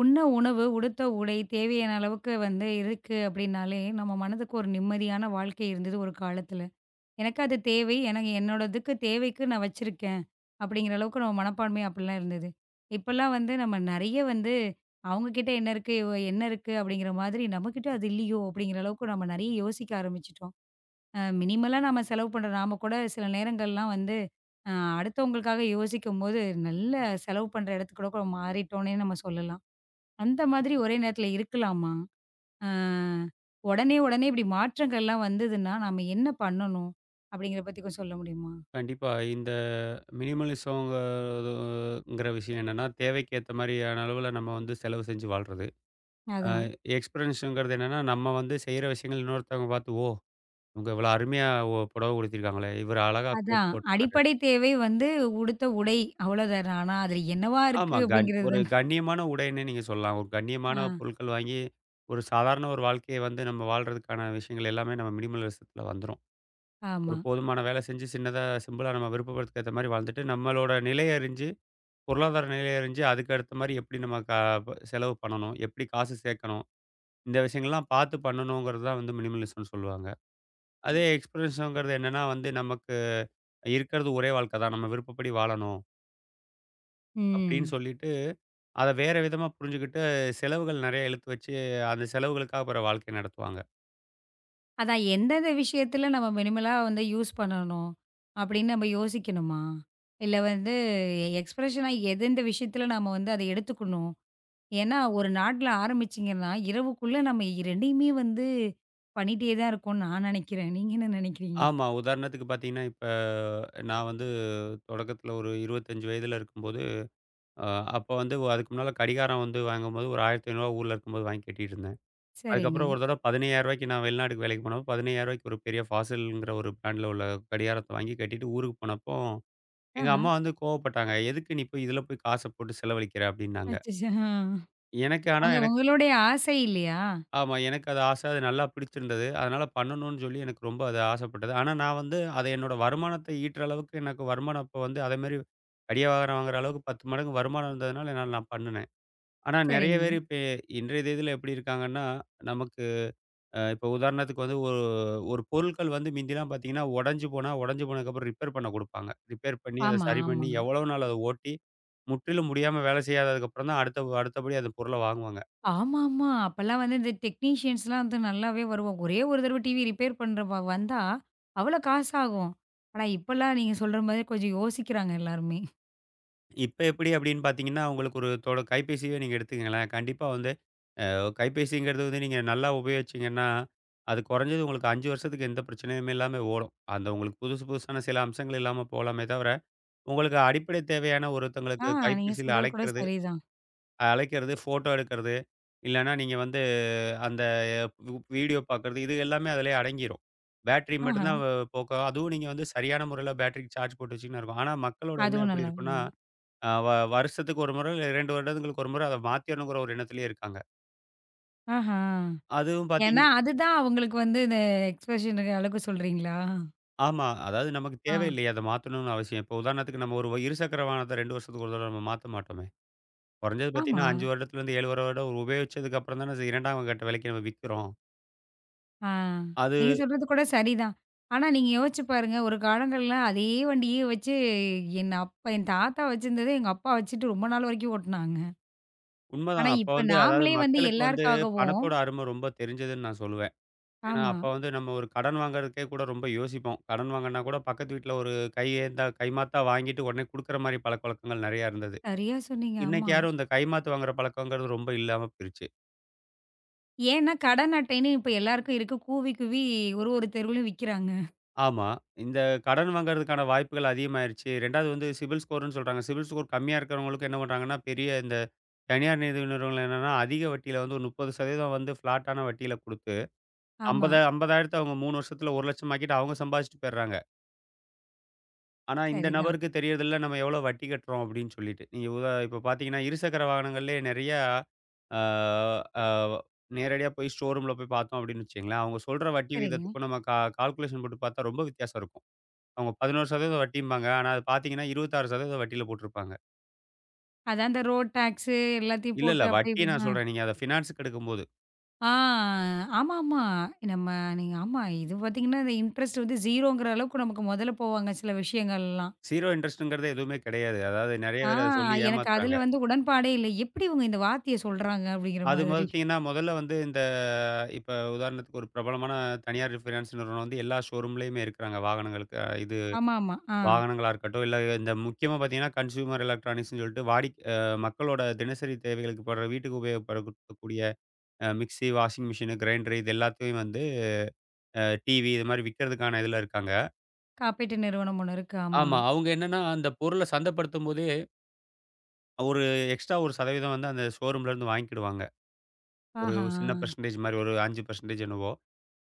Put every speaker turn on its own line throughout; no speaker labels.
உண்ண உணவு, உடுத்த உடை தேவையான அளவுக்கு வந்து இருக்கு அப்படின்னாலே, நம்ம மனதுக்கு ஒரு நிம்மதியான வாழ்க்கை இருந்தது ஒரு காலத்துல. எனக்கு அது தேவை. எனக்கு என்னோடதுக்கு தேவைக்கு நான் வச்சிருக்கேன். அப்படிங்கிற அளவுக்கு நம்ம மனப்பான்மை அப்படிலாம் இருந்தது. இப்பலாம் வந்து நம்ம நெறைய வந்து அவங்க கிட்ட என்ன இருக்கு? இவ என்ன இருக்கு? அப்படிங்கிற மாதிரி நம்மகிட்ட அது இல்லையோ! அப்படிங்கிற அளவுக்கு நம்ம நெறைய யோசிக்க ஆரம்பிச்சுட்டோம். மினிமலா நம்ம செலவு பண்ற நாம கூட சில நேரங்கள்லாம் வந்து அ அடுத்தவங்களுக்காக யோசிக்கும்போது, நல்ல செலவு பண்ற இடத்துக்கு கூட மாறிட்டோன்னே நம்ம சொல்லலாம். அந்த மாதிரி ஒரே நேரத்துல இருக்கலாமா? அ உடனே, உடனே இப்படி மாற்றங்கள்லாம் வந்ததுன்னா, நாம என்ன பண்ணணும்? அப்படிங்கிறத பத்தி கொஞ்சம் சொல்ல முடியுமா?
கண்டிப்பா. இந்த மினிமலிசம்ங்கிறது விஷயம் என்னன்னா, தேவைக்கு ஏத்த மாரியான அளவுல நம்ம வந்து செலவு செஞ்சு வாழ்றது. அ
அதான்,
எக்ஸ்பென்ஸ்ங்கிறது என்னன்னா, நம்ம வந்து செய்ற விஷயங்கள் இன்னொருத்தவங்க பார்த்து, "ஓ! இவங்க இவ்வளோ அருமையா புடவ உடுத்தியிருக்காங்களே! இவரு அழகா கோட்
அதான்.
போட்டிருக்காரு."
அடிப்படை தேவை வந்து உடுத்த உடை அவ்வளோதானா? ஆனா அதுல என்னவா இருக்கு
ஆமா.
அப்படிங்கிறது
ஒரு
தான.
கண்ணியமான உடைன்னே நீங்க சொல்லலாம். ஒரு கண்ணியமான
ஆ,
பொருட்கள் வாங்கி, ஒரு சாதாரண ஒரு வாழ்க்கைய வந்து நம்ம வாழ்றதுக்கான விஷயங்கள் எல்லாமே நம்ம மினிமலிசத்துல வந்துரும்.
ஆமா.
ஒரு போதுமான வேலை செஞ்சு, சின்னதா சிம்பிளா நம்ம விருப்பப்படுறதுக்கு ஏத்த மாரி வாழ்ந்துட்டு, நம்மளோட நிலைய அறிஞ்சு பொருளாதார நிலை அறிஞ்சு, அதுக்கு அடுத்த மாரி எப்படி நம்ம க ப செலவு பண்ணணும்? எப்படி காசு சேர்க்கணும்? இந்த விஷயங்கள்லாம் பார்த்து பண்ணணுங்கிறது தான் வந்து மினிமலிசம்னு சொல்லுவாங்க. அதே எக்ஸ்பீரியன்ஸுங்கிறது என்னன்னா வந்து, நமக்கு இருக்கிறது ஒரே வாழ்க்கை தான். நம்ம விருப்பப்படி வாழணும் அப்படின்னு
ம்.
சொல்லிட்டு, அத வேற விதமா புரிஞ்சுகிட்டு, செலவுகள் நெறைய இழுத்து வச்சு, அந்த செலவுகளுக்காக பிறகு வாழ்க்கைய நடத்துவாங்க.
அதான் எந்தெந்த விஷயத்துல நம்ம மினிமலா வந்து யூஸ் பண்ணணும் அப்படின்னு நம்ம யோசிக்கணுமா? இல்ல வந்து எக்ஸ்பிரஷனா எதெந்த விஷயத்துல நாம வந்து அத எடுத்துக்கணும்? ஏன்னா, ஒரு நாட்ல ஆரம்பிச்சீங்கன்னா, இரவுக்குள்ள நம்ம 2யுமே வந்து பண்ணிட்டே தான் இருக்கோம்னு நான் நெனைக்கிறேன். நீங்க என்ன நெனைக்கிறீங்க?
ஆமா. உதாரணத்துக்கு பார்த்தீங்கன்னா, இப்ப நான் வந்து தொடக்கத்தில ஒரு 25 வயதில இருக்கும்போது, அ அப்ப வந்து அதுக்கு முன்னால கடிகாரம் வந்து வாங்கும்போது ஒரு ரூ. 1,500 ஊர்ல இருக்கும்போது வாங்கி கட்டிட்டு இருந்தேன்.
சரிங்க.
அதுக்கப்புறம் ஒரு தடவ ரூ. 15,000க்கு நான் வெளிநாட்டுக்கு வேலைக்கு போனப்போ, ரூ. 15,000க்கு ஒரு பெரிய ஃபாசில்ங்கிற ஒரு பிராண்ட்ல உள்ள கடிகாரத்த வாங்கி கட்டிட்டு ஊருக்கு போனப்போ, எங்க
ஆஹா.
அம்மா வந்து கோவப்பட்டாங்க. "எதுக்கு நீ போய் இதில போய் காச போட்டு செலவழிக்கிற?" அப்டின்னாங்க.
அச்சச்சோ! ஆ. அவங்க
எனக்கு
உங்களுடைய ஆசை இல்லையா?
ஆமா. எனக்கு அது ஆசை. அது நல்லா பிடிச்சிருந்தது. அதனால பண்ணணும்னு சொல்லி எனக்கு ரொம்ப அது ஆசைப்பட்டது. ஆனா நான் வந்து அத என்னோட வருமானத்த ஈட்டுற அளவுக்கு எனக்கு வருமானம் அப்ப வந்து அதேமாரி கடிகாரம் வாங்குற அளவுக்கு 10 மடங்கு வருமானம் இருந்ததுனால என்னால நான் பண்ணுனேன். ஆனா நெறைய
சரிங்க.
பேர் இப்ப இன்றைய தேதியில எப்டி இருக்காங்கன்னா, நமக்கு இப்போ உதாரணத்துக்கு வந்து ஒரு ஒரு பொருட்கள் வந்து மிந்திலாம் பார்த்தீங்கன்னா, உடைஞ்சு போனதுக்கப்புறம் ரிப்பேர் பண்ண குடுப்பாங்க. ரிப்பேர் பண்ணி அத
ஆமா,
சரி
ஆமா.
பண்ணி எவ்வளோ நாள் அத ஓட்டி, முற்றிலும் முடியாம வேலை செய்யாததுக்கப்புறம் தான் அடுத்தபடி அந்த பொருள வாங்குவாங்க.
ஆமாமா. அப்பலாம் வந்து இந்த டெக்னீஷியன்ஸ்லாம் வந்து நல்லாவே வருவாங்க. ஒரே ஒரு தடவ டிவி ரிப்பேர் பண்றவ வந்தா, அவ்வளோ காசு ஆகும். ஆனா, இப்பலாம் நீங்க சொல்ற மாரி கொஞ்சம் யோசிக்கிறாங்க எல்லாருமே.
இப்ப எப்படி அப்படின்னு பார்த்தீங்கன்னா, உங்களுக்கு ஒரு கைபேசியவே நீங்க எடுத்துக்கங்களேன். கண்டிப்பா வந்து அ கைபேசிங்கிறது வந்து நீங்க நல்லா உபயோகிச்சீங்கன்னா, அது குறைஞ்சது உங்களுக்கு 5 வருஷத்துக்கு எந்த பிரச்சனையுமே இல்லாம ஓடும். அந்த உங்களுக்கு புதுசு புதுசான சில அம்சங்கள் இல்லாம போலாமே தவிர, உங்களுக்கு அடிப்படை தேவையான
ஆ,
ஒருத்தங்களுக்கு
நீங்க
கைபேசியில
சொல்றது கூட
அழைக்கிறது
சரிதான்.
அழைக்கிறது, ஃபோட்டோ எடுக்கிறது, இல்லன்னா நீங்க வந்து அந்த வீடியோ பார்க்கறது, இது எல்லாமே அதிலயே அடங்கிரும். பேட்டரி
ஆஹா.
மட்டும் தான் போக்கும். அதுவும் நீங்க வந்து சரியான முறையில பேட்டரிக்கு சார்ஜ் போட்டு வச்சீங்கன்னா இருக்கும். ஆனா மக்களோட எண்ணம்
அதுவும்
எப்படி
நல்லா ஆமா.
இருக்குன்னா, அ வ வருஷத்துக்கு 1 முறை இல்ல 2 வருடங்களுக்கு 1 முறை அத மாத்திரணுங்கிற ஒரு எண்ணத்திலேயே இருக்காங்க.
ஆஹா.
அதுவும் பார்த்தீங்க.
ஏன்னா, அதுதான் அவங்களுக்கு வந்து இந்த எக்ஸ்பிரஷனுக்கு அளவுக்கு சொல்றீங்களா?
ஆமா. அதாவது நமக்கு
ஆ.
தேவையில்லையே அத மாத்தணும்னு அவசியம். இப்போ உதாரணத்துக்கு நம்ம ஒரு இருசக்கர வாகனத்த 2 வருஷத்துக்கு ஒரு தடவ நம்ம மாத்த மாட்டோமே! குறைஞ்சது
ஆமா.
பார்த்தீங்கன்னா 5 வருடத்துலேருந்து 7 வருடம் ஒரு உபயோகிச்சதுக்கு அப்புறம் தானே 2ஆம் கட்ட விலைக்கு நம்ம விக்கிறோம்.
ஆ.
அது
நீங்க சொல்றது கூட சரிதான். ஆனா, நீங்க யோசிச்சு பாருங்க, ஒரு காலங்கள்ல அதே வண்டியே வச்சு என் அப்பா என் தாத்தா வச்சிருந்தத எங்க அப்பா வச்சுட்டு ரொம்ப நாள் வரைக்கும் ஓட்டுனாங்க. ஆனா,
உண்மதான். அப்ப
இப்ப
வந்து அதாவது
நாமளே வந்து
மக்களுக்கு வந்து
எல்லாருக்காகவும்
பணத்தோட அரும ரொம்ப தெரிஞ்சதுன்னு நான் சொல்லுவேன். ஏன்னா,
ஆமா.
அப்ப வந்து நம்ம ஒரு கடன் வாங்குறதுக்கே கூட ரொம்ப யோசிப்போம். கடன் வாங்குனா கூட பக்கத்து வீட்ல ஒரு கையேந்தா கைமாத்தா வாங்கிட்டு உடனே குடுக்குற மாரி பழக்கவழக்கங்கள் நெறையா இருந்தது.
சரியா சொன்னீங்க.
இன்னைக்கு
ஆமா.
யாரும் இந்த கைமாத்து வாங்குற பழக்கங்கிறது ரொம்ப இல்லாம போயிருச்சு.
ஏன்னா, கடன் அட்டைன்னு இப்ப எல்லாருக்கும் இருக்கு. கூவி கூவி ஒரு ஒரு தெருவுலயும் விக்கிறாங்க.
ஆமா, இந்த கடன் வாங்குறதுக்கான வாய்ப்புகள் அதிகமாயிருச்சு. 2வது வந்து சிபில் ஸ்கோர்ன்னு சொல்றாங்க. சிபில் ஸ்கோர் கம்மியா இருக்கிறவங்களுக்கு என்ன பண்றாங்கன்னா, பெரிய இந்த தனியார் நிதி நிறுவனங்கள் என்னன்னா, அதிக வட்டியில வந்து ஒரு 30% வந்து ஃப்ளாட்டான வட்டியில குடுத்து
ஆமா.
50 50,000 அவங்க 3 வருஷத்துல 1,00,000 ஆக்கிட்டு அவங்க சம்பாதிச்சுட்டு போயிடுறாங்க. ஆனா இந்த
சரிதான்.
நபருக்கு தெரியறதில்ல நம்ம எவ்வளோ வட்டி கட்டுறோம் அப்படின்னு சொல்லிட்டு. நீங்க உதா இப்ப பார்த்தீங்கன்னா, இருசக்கர வாகனங்கள்லயே நிறையா ஆ ஆ நேரடியா போய் ஷோரூம்ல போய் பார்த்தோம் அப்படின்னு வச்சுக்கங்களேன், அவங்க சொல்ற வட்டி
சரிங்க.
விகிதத்துக்கும் நம்ம கால்குலேஷன் போட்டு பார்த்தா ரொம்ப வித்தியாசம் இருக்கும். அவங்க 11% வட்டிம்பாங்க. ஆனா அது பார்த்தீங்கன்னா, 26% வட்டியில போட்டிருப்பாங்க.
அதான் இந்த ரோட் டாக்ஸு எல்லாத்தையும்
இல்ல
போட்டு அப்படி
வட்டிய நான் சொல்றேன். நீங்க அத ஃபினான்ஸுக்கு எடுக்கும்போது.
ஆ ஆமாமா. நம்ம நீங்க ஆமா இது பார்த்தீங்கன்னா, இந்த இன்ட்ரெஸ்ட் வந்து 0ங்கிற அளவுக்கு நமக்கு மொதல்ல போவாங்க சில விஷயங்கள்லாம்.
0 இன்ட்ரெஸ்ட்ங்கிறது எதுவுமே கிடையாது. அதாவது நெறைய
ஆ
பேர் அத சொல்லி
எனக்கு
ஏமாத்துறாங்க.
அதுல வந்து உடன்பாடே இல்ல. "எப்படி இவங்க இந்த வார்த்தைய சொல்றாங்க?" அப்படிங்கிற
அது
மாதிரி.
பார்த்தீங்கன்னா, முதல்ல வந்து இப்ப உதாரணத்துக்கு ஒரு பிரபலமான தனியார் ஃபினான்ஸ் நிறுவனம் வந்து எல்லா ஷோரூம்லயுமே இருக்கிறாங்க. வாகனங்களுக்கு அ இது
ஆமாமா. ஆ
வாகனங்களா இருக்கட்டும், இல்ல இந்த முக்கியமா பார்த்தீங்கன்னா, கன்சியூமர் எலக்ட்ரானிக்ஸ்ன்னு சொல்லிட்டு வாடிக் அ மக்களோட தினசரி தேவைகளுக்கு படுற வீட்டுக்கு உபயோகப்படக்கூடிய மிக்ஸி, வாஷிங் மிஷினு, கிரைண்டரு இது எல்லாத்தையும் வந்து அ டிவி இது மாரி விக்கிறதுக்கான இதுல இருக்காங்க.
காப்பீட்டு நிறுவனம் ஒண்ணு இருக்கு. ஆமா.
ஆமா. அவங்க என்னன்னா, அந்த பொருள சந்தைப்படுத்தும்போதே ஒரு எக்ஸ்ட்ரா ஒரு சதவீதம் வந்து அந்த ஷோரூம்லேருந்து வாங்கிக்கிடுவாங்க. ஒரு
ஆஹா!
சின்ன பெர்சன்டேஜ் மாரி ஒரு 5% என்னவோ!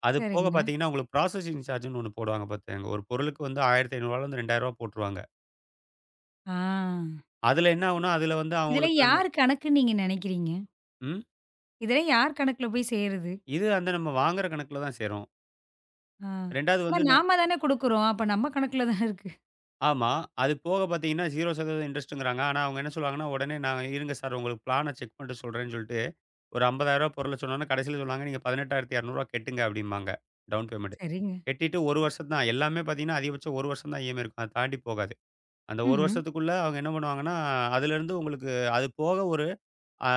அது போக
சரிங்க.
பார்த்தீங்கன்னா, உங்களுக்கு ப்ராசஸிங் சார்ஜ்ன்னு ஒண்ணு போடுவாங்க பாத்துக்கங்க. ஒரு பொருளுக்கு வந்து ரூ. 1500லேருந்து ரூ. 2,000 போட்டுருவாங்க.
ஆ
அதுல என்ன ஆகும்னா, அதுல வந்து
இதெல்லாம்
அவங்களுக்கு அந்த
யார் கணக்குன்னு நீங்க நெனைக்கிறீங்க?
ம்.
இதெல்லாம் யார் கணக்குல போய் சேருது?
இது அந்த நம்ம வாங்குற கணக்குல தான் சேரும்.
ஆ
2வது
ஆனா
வந்து நு
நாம தானே குடுக்குறோம். அப்ப நம்ம கணக்குல தானே இருக்கு.
ஆமா. அது போக பார்த்தீங்கன்னா, 0% இன்ட்ரெஸ்ட்டுங்கிறாங்க. ஆனா, அவங்க என்ன சொல்லுவாங்கன்னா, உடனே நான் இருங்க சார் உங்களுக்கு பிளான செக் பண்ணிட்டு சொல்றேன்னு சொல்லிட்டு, ஒரு ரூ. 50,000 பொருள சொன்னோனே, கடைசில சொல்லுவாங்க, நீங்க ரூ. 18,200 கட்டுங்க அப்படிம்பாங்க. Down payment.
சரிங்க.
கட்டிட்டு 1 வருஷம் தான். எல்லாமே பார்த்தீங்கன்னா, அதிகபட்சம் 1 வருஷம் தான் இஎம்ஐ இருக்கும். அத தாண்டி போகாது. அந்த 1
ம்ஹ்ம்.
வருஷத்துக்குள்ள அவங்க என்ன பண்ணுவாங்கன்னா, அதுலேருந்து உங்களுக்கு அது போக ஒரு ஆ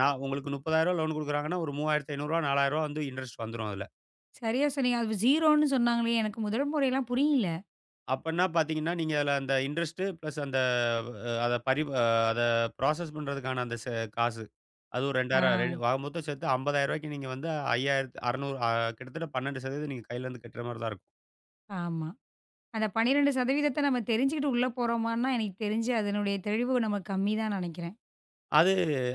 நான் உங்களுக்கு ரூ. 30,000 லோன் குடுக்குறாங்கன்னா, ஒரு ரூ. 3,500 ரூ. 4,000 வந்து இன்ட்ரெஸ்ட் வந்துரும் அதுல.
சரியா சொன்னீங்க. அது 0ன்னு சொன்னாங்களே! எனக்கு முதல் முறைலாம் புரியல.
அப்பன்னா பாத்தீங்கன்னா, நீங்க அதுல அந்த இன்ட்ரெஸ்ட்டு பிளஸ் அந்த அ அத பரி அத ப்ராசஸ் பண்றதுக்கான அந்த காசு. அது ஒரு
ஆ,
2,000 ஆக மொத்தம் சேர்த்து ரூ. 50,000 நீங்க வந்து 5,000 600 அ கிட்டத்தட்ட 12% நீங்க கையில இருந்து கட்டுற மாரி தான் இருக்கும்.
ஆமா. அந்த 12% நம்ம தெரிஞ்சுக்கிட்டு உள்ள போறோமான்னா, எனக்கு தெரிஞ்சு அதனுடைய தெளிவு நமக்கு கம்மி தான் நெனைக்கிறேன்.
அது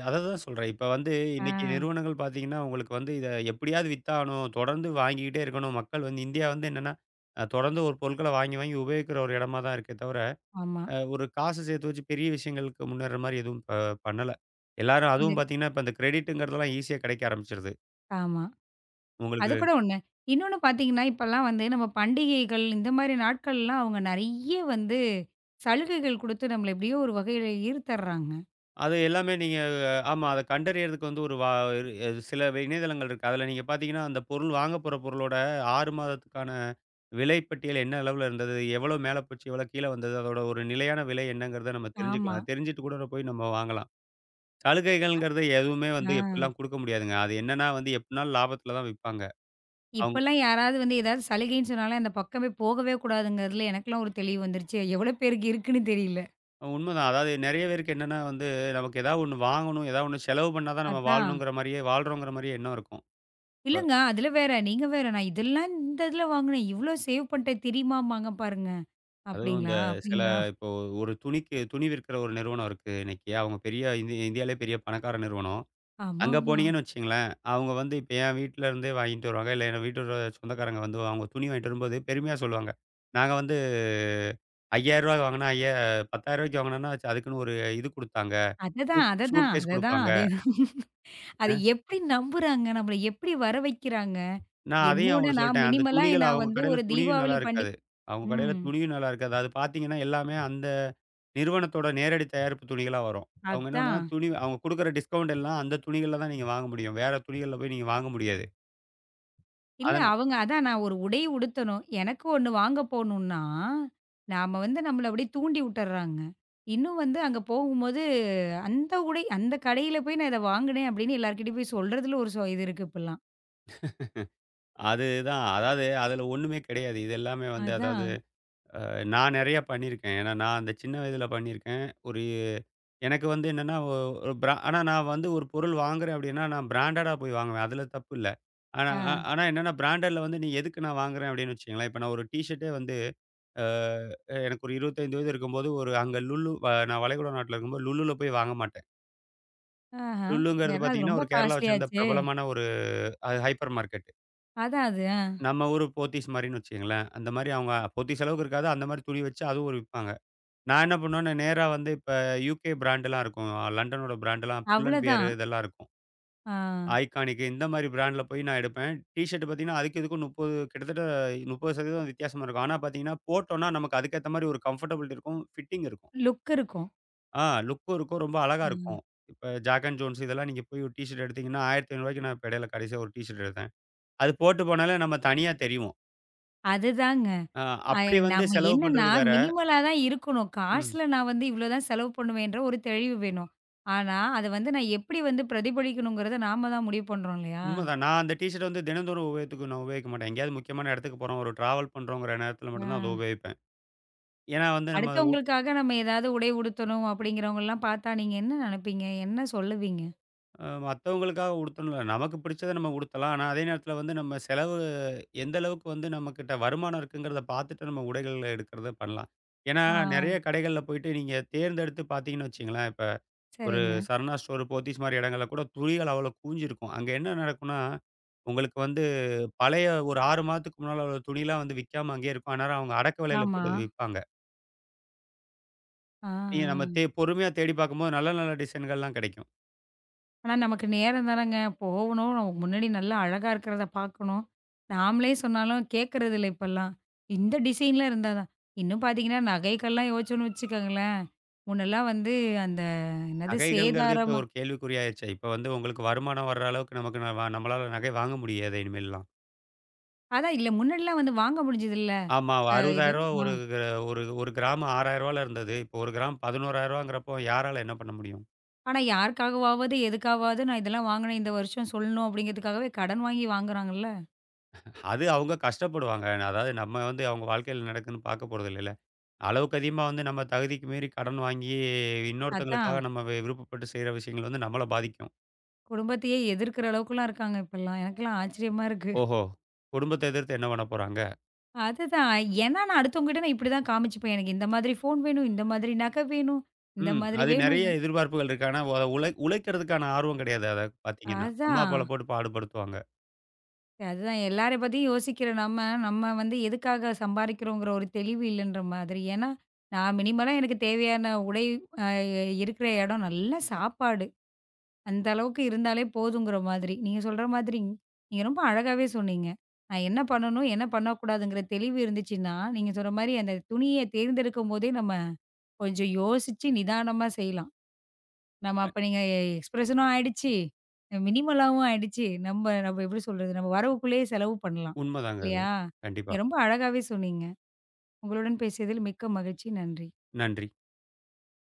அத தான் சொல்றேன். இப்ப வந்து
ஆ,
இன்னைக்கு நிறுவனங்கள் பாத்தீங்கன்னா, உங்களுக்கு வந்து இத எப்படியாவது வித்தாகணும், தொடர்ந்து வாங்கிக்கிட்டே இருக்கணும். மக்கள் வந்து இந்தியா வந்து என்னன்னா, தொடர்ந்து ஒரு பொருட்கள வாங்கி, வாங்கி உபயோகிக்கிற ஒரு இடமா தான் இருக்கே தவிர
ஆமா.
ஒரு காசு சேர்த்து வச்சு பெரிய விஷயங்களுக்கு முன்னேற மாரி எதுவும் பண்ணல. எல்லாரும்
இந்த
அதுவும் பார்த்தீங்கன்னா, இப்ப இந்த கிரெடிட்டுங்கிறதெல்லாம் ஈஸியா கிடைக்க ஆரம்பிச்சுருது.
ஆமா. அது
உங்களுக்கு
கூட ஒண்ணு. இன்னொன்னு பார்த்தீங்கன்னா, இப்பலாம் வந்து நம்ம பண்டிகைகள் இந்த மாரி நாட்கள்லாம் அவங்க நெறைய வந்து சலுகைகள் குடுத்து நம்மள எப்படியோ ஒரு வகையில ஈர்த்தர்றாங்க.
அது எல்லாமே நீங்க ஆமா. அத கண்டறியறதுக்கு வந்து ஒரு வ இரு சில இணையதளங்கள் இருக்கு. அதுல நீங்க பார்த்தீங்கன்னா, அந்த பொருள் வாங்க போற பொருளோட 6 மாதத்துக்கான விலை பட்டியல் என்ன அளவுல இருந்தது? எவ்வளோ மேல போச்சு? எவ்வளோ கீழ வந்தது? அதோட ஒரு நிலையான விலை என்னங்கிறத நம்ம
ஆமா.
தெரிஞ்சுக்கலாம். அது தெரிஞ்சுட்டு கூட போய் நம்ம வாங்கலாம். சலுகைகள்ங்கிறது எதுவுமே
ஆ.
வந்து எப்படிலாம் குடுக்க முடியாதுங்க. அது என்னன்னா வந்து எப்படினாலும் லாபத்துல தான் விப்பாங்க. அவங்க
இப்பலாம் யாராவது வந்து ஏதாவது சலுகைன்னு சொன்னாலே அந்த பக்கமே போகவே கூடாதுங்கிறதுல எனக்கெல்லாம் ஒரு தெளிவு வந்துருச்சு. எவ்வளோ பேருக்கு இருக்குன்னு தெரியல.
உண்மதான். அதாவது நெறைய பேருக்கு என்னன்னா வந்து, நமக்கு ஏதாவது ஒண்ணு வாங்கணும், ஏதாவது ஒண்ணு செலவு பண்ணா தான் நம்ம
அதான்.
வாழணுங்கிற மாரியே வாழ்றோங்கிற மாரியே எண்ணம் இருக்கும். அ.
இல்லங்க. அதில வேற. நீங்க வேற. நான் இதெல்லாம் இந்த இதில வாங்குனேன். இவ்ளோ சேவ் பண்ணிட்டேன் தெரியுமாம்பாங்க பாருங்க.
அதுவும் இந்த
அப்டிங்களா?
சில
அப்டிங்களா?
இப்போ ஒரு துணிக்கு துணி விற்கிற ஒரு நிறுவனம் இருக்கு இன்னைக்கு. அவங்க பெரிய இந்தியாவிலேயே பெரிய பணக்கார நிறுவனம். அங்க
ஆமாமா.
போனீங்கன்னு வச்சுக்கங்களேன், அவங்க வந்து இப்ப என் வீட்ல இருந்தே வாங்கிட்டு வருவாங்க. இல்ல என் வீட்டோட சொந்தக்காரங்க வந்து அவங்க துணி வாங்கிட்டு வரும்போது பெருமையா சொல்லுவாங்க. நாங்க வந்து ரூ. 5,000 வாங்குனா, ரூ. 10,000 வாங்குனோம்னா அதுக்குன்னு ஒரு இது குடுத்தாங்க.
அததான், அததான்,
சூட்கேஸ்
அததான்.
குடுப்பாங்க.
அதேதான். அத எப்டி நம்புறாங்க? நம்மள எப்டி வர வைக்கிறாங்க?
நான் அதையும்
என்னோட
அவங்கட்ட
நான்
சொல்ட்டேன். அந்த
மினிமலா
துணிகள்
நான்
அவங்க
வந்து
கடையில
ஒரு
துணியும் நல்லா
தீபாவளி பண்டி
இருக்காது.
ம்.
அது பார்த்தீங்கன்னா, எல்லாமே அந்த நிறுவனத்தோட நேரடி தயாரிப்பு துணிகளா வரும். அவங்க என்னன்னா
அதான்.
துணி அவங்க குடுக்குற டிஸ்கவுண்ட் எல்லாம் அந்த துணிகள்ல தான் நீங்க வாங்க முடியும். வேற துணிகள்ல போய் நீங்க வாங்க முடியாது.
இல்ல
அதனா
அவங்க அதான் நான் ஒரு உடை உடுத்தணும். எனக்கு ஒண்ணு வாங்க போணும்னா, நாம வந்து நம்மள அப்படியே தூண்டி விட்டுர்றாங்க. இன்னும் வந்து அங்க போகும்போது, அந்த உடை அந்த கடையில போய் நான் இத வாங்குனேன் அப்படின்னு எல்லார்கிட்டயும் போய் சொல்றதுல ஒரு சோ இது இருக்கு இப்பலாம்.
அதுதான். அதாவது அதுல ஒண்ணுமே கிடையாது. இது எல்லாமே வந்து அதாவது
அதான்.
நான் நெறையா பண்ணியிருக்கேன். ஏன்னா, நான் அந்த சின்ன வயதில பண்ணியிருக்கேன். ஒரு எனக்கு வந்து என்னன்னா, ஒ ஒரு பிரா ஆனா நான் வந்து ஒரு பொருள் வாங்குறேன் அப்டின்னா, நான் பிராண்டடா போய் வாங்குவேன். அதுல தப்பு இல்ல.
ஆ.
ஆனா என்னன்னா பிராண்டட்ல வந்து நீ எதுக்கு நான் வாங்குறேன் அப்டின்னு வச்சுக்கங்களேன். இப்ப நான் ஒரு டீ ஷர்ட்டே வந்து அ எனக்கு ஒரு 25 வயது இருக்கும்போது, ஒரு அங்க லுலு வ நான் வளைகுடா நாட்ல இருக்கும்போது லுலுல போய் வாங்க மாட்டேன்.
ஆஹா.
லுலுங்கிறது
ஏன்னா அது
பார்த்தீங்கன்னா,
ரொம்ப
ஒரு கேரளாவ சேர்ந்த
காஸ்ட்லியாச்சே.
பிரபலமான ஒரு அது ஹைப்பர் மார்க்கெட்.
அதான் அது. ஆ.
நம்ம ஊரு போத்தீஸ் மாரின்னு வச்சுக்கங்களேன். அந்த மாரி அவங்க போத்தீஸ் அளவுக்கு இருக்காது. அந்த மாரி துணி வச்சு அதுவும் ஒரு விப்பாங்க. நான் என்ன பண்ணுவேன்னா, நேரா வந்து இப்ப யுகே பிராண்ட்லாம் இருக்கும். லண்டனோட பிராண்ட்லாம் புல் அண்ட் பியர்
அவ்வளதான்.
இதெல்லாம் இருக்கும்.
ஆ.
ஐகானிக் இந்த மாரி பிராண்ட்ல போய் நான் எடுப்பேன். டீ ஷர்ட் பார்த்தீங்கன்னா, அதுக்கு இதுக்கும் 30 கிட்டத்தட்ட 30% வித்தியாசமா இருக்கும். ஆனா பார்த்தீங்கன்னா, போட்டோம்னா நமக்கு அதுக்கேத்த மாரி ஒரு கம்ஃபர்டபிலிட்டி இருக்கும். ஃபிட்டிங் இருக்கும்.
லுக் இருக்கும்.
ஆ லுக்கும் இருக்கும். ரொம்ப அழகா இருக்கும். இப்ப ஜாக் அண்ட் ஜோன்ஸ் இதெல்லாம் நீங்க போய் ஒரு டீ ஷர்ட் எடுத்தீங்கன்னா, ரூ. 1500க்கு நான் இப்ப இடையில கடைசியா ஒரு டீ ஷர்ட் எடுத்தேன். அது போட்டு போனாலே நம்ம தனியா தெரிவோம்.
அதுதாங்க.
அ
அய
அப்படி வந்து
நம்ம
செலவு
என்னன்னா,
பண்றது வேற.
மினிமலா தான் இருக்கணும்.
ம்.
காசுல நான் வந்து இவ்ளோ தான் செலவு பண்ணுவேன்ற ஒரு தெளிவு வேணும். ஆனா, அத வந்து நான் எப்படி வந்து பிரதிபலிக்கணுங்கிறத நாம தான் முடிவு பண்றோம் இல்லையா?
உண்மதான். நான் அந்த டீ ஷர்ட்ட வந்து தினந்தோறும் உபயோகத்துக்கு நான் உபயோகிக்க மாட்டேன். எங்கேயாவது முக்கியமான இடத்துக்கு போறோம், ஒரு டிராவல் பண்றோங்கிற நேரத்தில
ஆ
மட்டும் தான் அதை உபயோகிப்பேன். ஏன்னா வந்து நம்ம உ
அடுத்தவங்களுக்காக நம்ம ஏதாவது உடை உடுத்தணும் அப்படிங்கிறவங்கலாம் பார்த்தா, நீங்க என்ன நெனைப்பீங்க? என்ன சொல்லுவீங்க?
அ மத்தவங்களுக்காக உடுத்தணும்ல. நமக்கு பிடிச்சத நம்ம உடுத்தலாம். ஆனா அதே நேரத்தில வந்து நம்ம செலவு எந்த அளவுக்கு வந்து நம்மகிட்ட வருமானம் இருக்குங்கிறத பார்த்துட்டு நம்ம உடைகள் எடுக்கிறத பண்ணலாம். ஏன்னா
ஆ
நெறைய கடைகள்ல போயிட்டு நீங்க தேர்ந்தெடுத்து பார்த்தீங்கன்னு வச்சுக்கங்களேன், இப்ப ஒரு
சரிங்க.
சரணா ஸ்டோர், போத்தீஸ் மாரி இடங்கள்ல கூட துணிகள் அவ்வளோ கூஞ்சிருக்கும். அங்க என்ன நடக்கும்னா, உங்களுக்கு வந்து பழைய ஒரு 6 மாதத்துக்கு முன்னால உள்ள துணிலாம் வந்து விக்காம அங்கேயே இருக்கும். அந்நேரம் அவங்க அடக்க விலையில
ஆமா.
போட்டு விப்பாங்க.
ஆ,
நீங்க நம்ம தே
ஆ.
பொறுமையா தேடி பார்க்கும்போது நல்ல நல்ல டிசைன்கள்லாம் கிடைக்கும்.
ஆனா, நமக்கு நேரம் தானங்க. போகணும். நமக்கு முன்னாடி நல்லா அழகா இருக்கிறத பார்க்கணும். நாமளே சொன்னாலும் கேட்கறது இல்ல இப்பல்லாம். இந்த டிசைன்ல இருந்தா தான். இன்னும் பார்த்தீங்கன்னா, நகைக்கெல்லாம் யோசிச்சோம்னு வச்சுக்கோங்களேன், முன்னெல்லாம் வந்து அந்த என்னது
நகைகள்ங்கிறது இப்ப
சேதாரமா
ஒரு கேள்விக்குறியாயிருச்சே. இப்ப வந்து உங்களுக்கு வருமானம் வர்ற அளவுக்கு நமக்கு ந வ நம்மளால நகை வாங்க முடியாதே இனிமேல்லாம்.
அதான் இல்ல முன்னாடிலாம் வந்து வாங்க முடிஞ்சதில்ல.
ஆமா. ரூ.
அ இது
60,000
ஆ.
ஒரு கிர- ஒரு ஒரு கிராம் ரூ. 6,000ல இருந்தது. இப்போ ஒரு கிராம் ரூ. 11,000ங்கிறப்போ யாரால என்ன பண்ண முடியும்?
ஆனா யாருக்காகவாவது, எதுக்காகவாவது நான் இதெல்லாம் வாங்கினேன் இந்த வருஷம் சொல்லணும் அப்படிங்கிறதுக்காகவே கடன் வாங்கி வாங்குறாங்கல்ல.
அது அவங்க கஷ்டப்படுவாங்க. அதாவது நம்ம வந்து அவங்க வாழ்க்கையில நடக்குதுன்னு பார்க்க போறதில்லைல்ல. அளவுக்கு அதிகமா வந்து நம்ம தகுதிக்கு மீறி கடன் வாங்கி
அதான்
இன்னொருத்தங்களுக்காக நம்ம விருப்பப்பட்டு செய்ற விஷயங்கள் வந்து நம்மள பாதிக்கும்.
குடும்பத்தையே எதிர்க்கிற அளவுக்குலாம் இருக்காங்க இப்பல்லாம். எனக்கெல்லாம் ஆச்சரியமா இருக்கு.
ஓஹோ! குடும்பத்த எதிர்த்து என்ன பண்ண போறாங்க?
அதுதான். ஏன்னா நான் அடுத்தவங்ககிட்ட நான் இப்படிதான் காமிச்சுப்பேன். எனக்கு இந்த மாதிரி ஃபோன் வேணும், இந்த மாதிரி நகை வேணும், இந்த
ம்.
மாதிரி
அது
வேணும். இ
நெறைய எதிர்பார்ப்புகள் இருக்கு. ஆனா ஒ உழை உழைக்கிறதுக்கான ஆர்வம் கிடையாது. அத பார்த்தீங்கன்னா. அம்மா,
அதான்.
அப்பால போட்டு பாடுபடுத்துவாங்க.
அதுதான் எல்லார பத்தியும் யோசிக்கிற நம்ம, நம்ம வந்து எதுக்காக சம்பாரிக்கிறோங்கிற ஒரு தெளிவு இல்லன்ற மாதிரி. ஏன்னா, நான் மினிமலா எனக்கு தேவையான உடை அ இருக்கிற இடம், நல்ல சாப்பாடு. அந்த அளவுக்கு இருந்தாலே போதுங்கிற மாதிரி. நீங்க சொல்ற மாதிரி, நீங்க ரொம்ப அழகாவே சொன்னீங்க. நான் என்ன பண்ணணும், என்ன பண்ணக்கூடாதுங்கிற தெளிவு இருந்துச்சுன்னா, நீங்க சொல்ற மாரி அந்த துணிய தேர்ந்தெடுக்கும்போதே நம்ம கொஞ்சம் யோசிச்சு நிதானமா செய்யலாம். நம்ம அப்ப நீங்க எக்ஸ்பிரஷனும் ஆயிடுச்சு, மினிமலாவும் ஆயிடுச்சு. நம்ம நம்ம எப்படி சொல்றது? நம்ம வரவுக்குள்ளேயே செலவு பண்ணலாம்.
உண்மதாங்க அது.
இல்லையா?
கண்டிப்பா.
நீங்க ரொம்ப அழகாவே சொன்னீங்க. உங்களுடன் பேசியதில் மிக்க மகிழ்ச்சி. நன்றி.
நன்றி.